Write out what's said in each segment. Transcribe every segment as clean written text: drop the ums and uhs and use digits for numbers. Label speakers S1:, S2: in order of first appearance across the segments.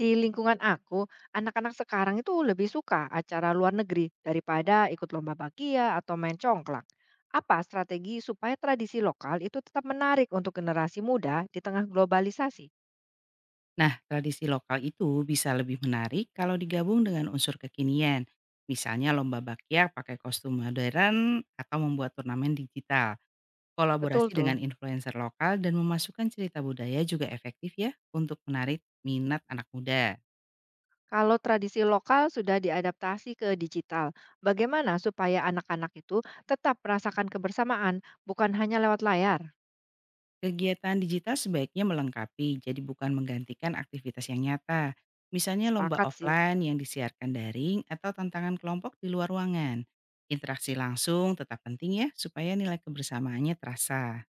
S1: Di lingkungan aku, anak-anak sekarang itu lebih suka acara luar negeri daripada ikut lomba bakia atau main congklak. Apa strategi supaya tradisi lokal itu tetap menarik untuk generasi muda di tengah globalisasi?
S2: Nah, tradisi lokal itu bisa lebih menarik kalau digabung dengan unsur kekinian. Misalnya lomba bakyak pakai kostum modern atau membuat turnamen digital.
S1: Betul
S2: Kolaborasi
S1: tuh.
S2: dengan influencer lokal dan memasukkan cerita budaya juga efektif ya untuk menarik minat anak muda.
S1: Kalau tradisi lokal sudah diadaptasi ke digital, bagaimana supaya anak-anak itu tetap merasakan kebersamaan, bukan hanya lewat layar?
S2: Kegiatan digital sebaiknya melengkapi, jadi bukan menggantikan aktivitas yang nyata. Misalnya lomba
S1: Sepakat sih.
S2: offline yang disiarkan daring atau tantangan kelompok di luar ruangan. Interaksi langsung tetap penting ya, supaya nilai kebersamaannya terasa.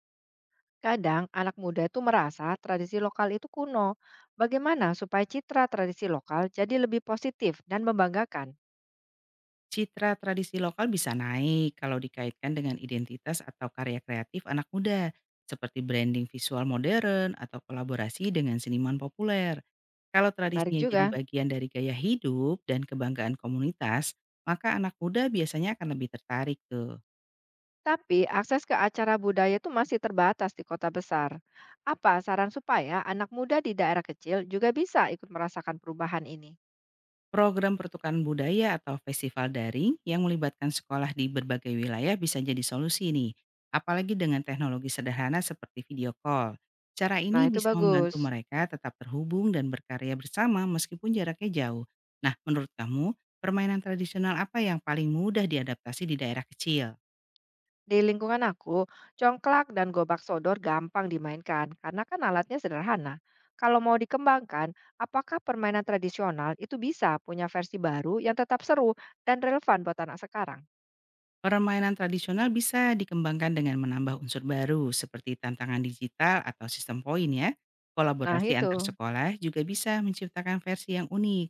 S1: Kadang anak muda itu merasa tradisi lokal itu kuno. Bagaimana supaya citra tradisi lokal jadi lebih positif dan membanggakan?
S2: Citra tradisi lokal bisa naik kalau dikaitkan dengan identitas atau karya kreatif anak muda, seperti branding visual modern atau kolaborasi dengan seniman populer. Kalau
S1: Menarik
S2: tradisinya jadi
S1: juga.
S2: bagian dari gaya hidup dan kebanggaan komunitas, maka anak muda biasanya akan lebih tertarik tuh.
S1: Tapi akses ke acara budaya itu masih terbatas di kota besar. Apa saran supaya anak muda di daerah kecil juga bisa ikut merasakan perubahan ini?
S2: Program pertukaran budaya atau festival daring yang melibatkan sekolah di berbagai wilayah bisa jadi solusi nih, apalagi dengan teknologi sederhana seperti video call. Cara
S1: Nah,
S2: ini
S1: itu
S2: bisa
S1: bagus.
S2: membantu mereka tetap terhubung dan berkarya bersama meskipun jaraknya jauh. Nah, menurut kamu, permainan tradisional apa yang paling mudah diadaptasi di daerah kecil?
S1: Di lingkungan aku, congklak dan gobak sodor gampang dimainkan karena kan alatnya sederhana. Kalau mau dikembangkan, apakah permainan tradisional itu bisa punya versi baru yang tetap seru dan relevan buat anak sekarang?
S2: Permainan tradisional bisa dikembangkan dengan menambah unsur baru seperti tantangan digital atau sistem poin ya.
S1: Nah,
S2: Kolaborasi antar
S1: itu.
S2: sekolah juga bisa menciptakan versi yang unik.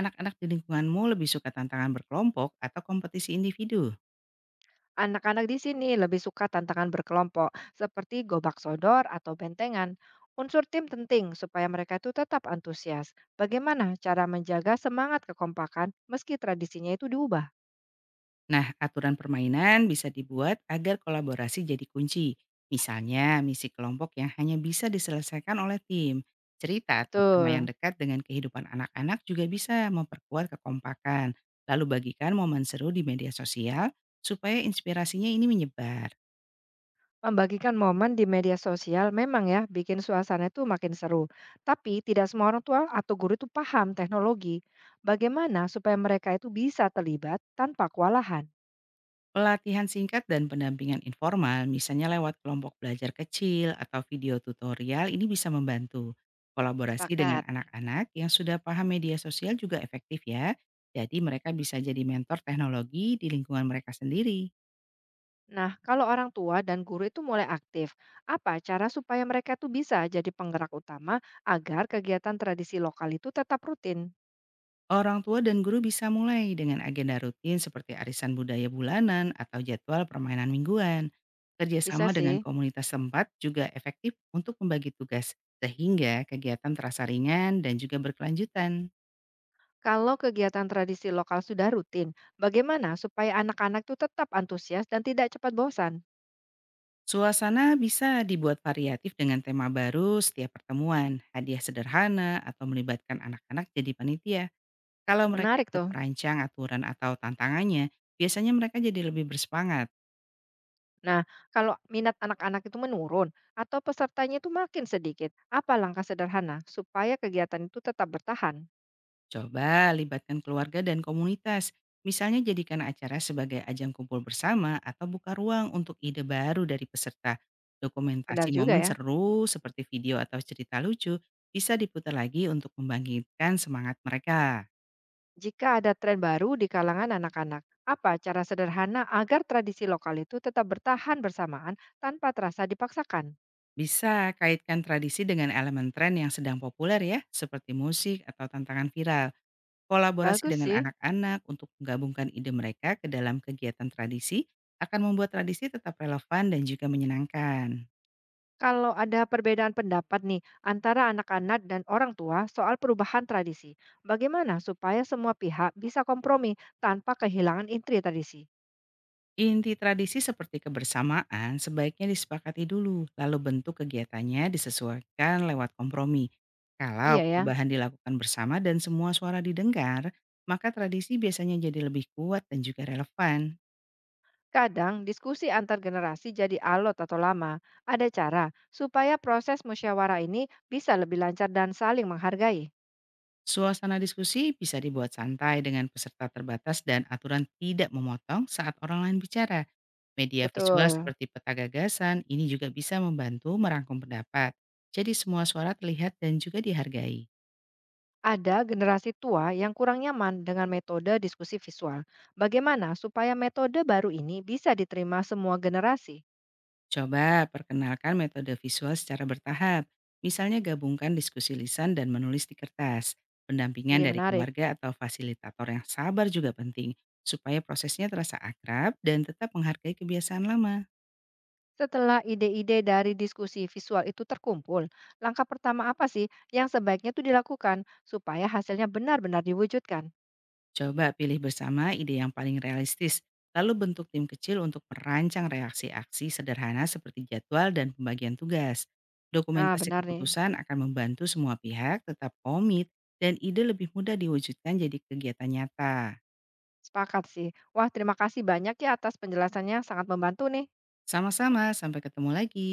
S2: Anak-anak di lingkunganmu lebih suka tantangan berkelompok atau kompetisi individu?
S1: Anak-anak di sini lebih suka tantangan berkelompok seperti gobak sodor atau bentengan. Unsur tim penting supaya mereka itu tetap antusias. Bagaimana cara menjaga semangat kekompakan meski tradisinya itu diubah?
S2: Nah, aturan permainan bisa dibuat agar kolaborasi jadi kunci. Misalnya, misi kelompok yang hanya bisa diselesaikan oleh tim. Cerita atau tema yang
S1: Betul.
S2: dekat dengan kehidupan anak-anak juga bisa memperkuat kekompakan. Lalu bagikan momen seru di media sosial supaya inspirasinya ini menyebar.
S1: Membagikan momen di media sosial memang ya bikin suasana itu makin seru. Tapi tidak semua orang tua atau guru itu paham teknologi. Bagaimana supaya mereka itu bisa terlibat tanpa kewalahan?
S2: Pelatihan singkat dan pendampingan informal, misalnya lewat kelompok belajar kecil atau video tutorial, ini bisa membantu. Kolaborasi dengan
S1: Sepakat.
S2: anak-anak yang sudah paham media sosial juga efektif ya. Jadi mereka bisa jadi mentor teknologi di lingkungan mereka sendiri.
S1: Nah, kalau orang tua dan guru itu mulai aktif, apa cara supaya mereka itu bisa jadi penggerak utama agar kegiatan tradisi lokal itu tetap rutin?
S2: Orang tua dan guru bisa mulai dengan agenda rutin seperti arisan budaya bulanan atau jadwal permainan mingguan.
S1: Bisa
S2: Kerjasama dengan
S1: sih.
S2: komunitas tempat juga efektif untuk membagi tugas, sehingga kegiatan terasa ringan dan juga berkelanjutan.
S1: Kalau kegiatan tradisi lokal sudah rutin, bagaimana supaya anak-anak itu tetap antusias dan tidak cepat bosan?
S2: Suasana bisa dibuat variatif dengan tema baru setiap pertemuan, hadiah sederhana, atau melibatkan anak-anak jadi panitia. Kalau mereka
S1: Menarik
S2: ikut
S1: tuh.
S2: merancang aturan atau tantangannya, biasanya mereka jadi lebih bersemangat.
S1: Nah, kalau minat anak-anak itu menurun atau pesertanya itu makin sedikit, apa langkah sederhana supaya kegiatan itu tetap bertahan?
S2: Coba libatkan keluarga dan komunitas. Misalnya jadikan acara sebagai ajang kumpul bersama atau buka ruang untuk ide baru dari peserta.
S1: Benar
S2: Dokumentasi
S1: juga
S2: momen
S1: ya.
S2: seru seperti video atau cerita lucu bisa diputar lagi untuk membangkitkan semangat mereka.
S1: Jika ada tren baru di kalangan anak-anak, apa cara sederhana agar tradisi lokal itu tetap bertahan bersamaan tanpa terasa dipaksakan?
S2: Bisa kaitkan tradisi dengan elemen tren yang sedang populer ya, seperti musik atau tantangan viral. Kolaborasi
S1: Bagus
S2: dengan
S1: sih.
S2: anak-anak untuk menggabungkan ide mereka ke dalam kegiatan tradisi akan membuat tradisi tetap relevan dan juga menyenangkan.
S1: Kalau ada perbedaan pendapat nih antara anak-anak dan orang tua soal perubahan tradisi, bagaimana supaya semua pihak bisa kompromi tanpa kehilangan intri tradisi?
S2: Inti tradisi seperti kebersamaan sebaiknya disepakati dulu, lalu bentuk kegiatannya disesuaikan lewat kompromi. Kalau
S1: Iya ya.
S2: perubahan dilakukan bersama dan semua suara didengar, maka tradisi biasanya jadi lebih kuat dan juga relevan.
S1: Kadang diskusi antar generasi jadi alot atau lama. Ada cara supaya proses musyawarah ini bisa lebih lancar dan saling menghargai.
S2: Suasana diskusi bisa dibuat santai dengan peserta terbatas dan aturan tidak memotong saat orang lain bicara. Media visual
S1: Betul.
S2: seperti peta gagasan ini juga bisa membantu merangkum pendapat. Jadi semua suara terlihat dan juga dihargai.
S1: Ada generasi tua yang kurang nyaman dengan metode diskusi visual. Bagaimana supaya metode baru ini bisa diterima semua generasi?
S2: Coba perkenalkan metode visual secara bertahap. Misalnya gabungkan diskusi lisan dan menulis di kertas. Pendampingan
S1: Ini
S2: dari
S1: menarik.
S2: keluarga atau fasilitator yang sabar juga penting supaya prosesnya terasa akrab dan tetap menghargai kebiasaan lama.
S1: Setelah ide-ide dari diskusi visual itu terkumpul, langkah pertama apa sih yang sebaiknya itu dilakukan supaya hasilnya benar-benar diwujudkan?
S2: Coba pilih bersama ide yang paling realistis, lalu bentuk tim kecil untuk merancang reaksi aksi sederhana seperti jadwal dan pembagian tugas.
S1: Nah,
S2: Dokumentasi
S1: benar nih.
S2: keputusan akan membantu semua pihak tetap komit dan ide lebih mudah diwujudkan jadi kegiatan nyata.
S1: Sepakat sih. Wah, terima kasih banyak ya atas penjelasannya, sangat membantu nih.
S2: Sama-sama, sampai ketemu lagi.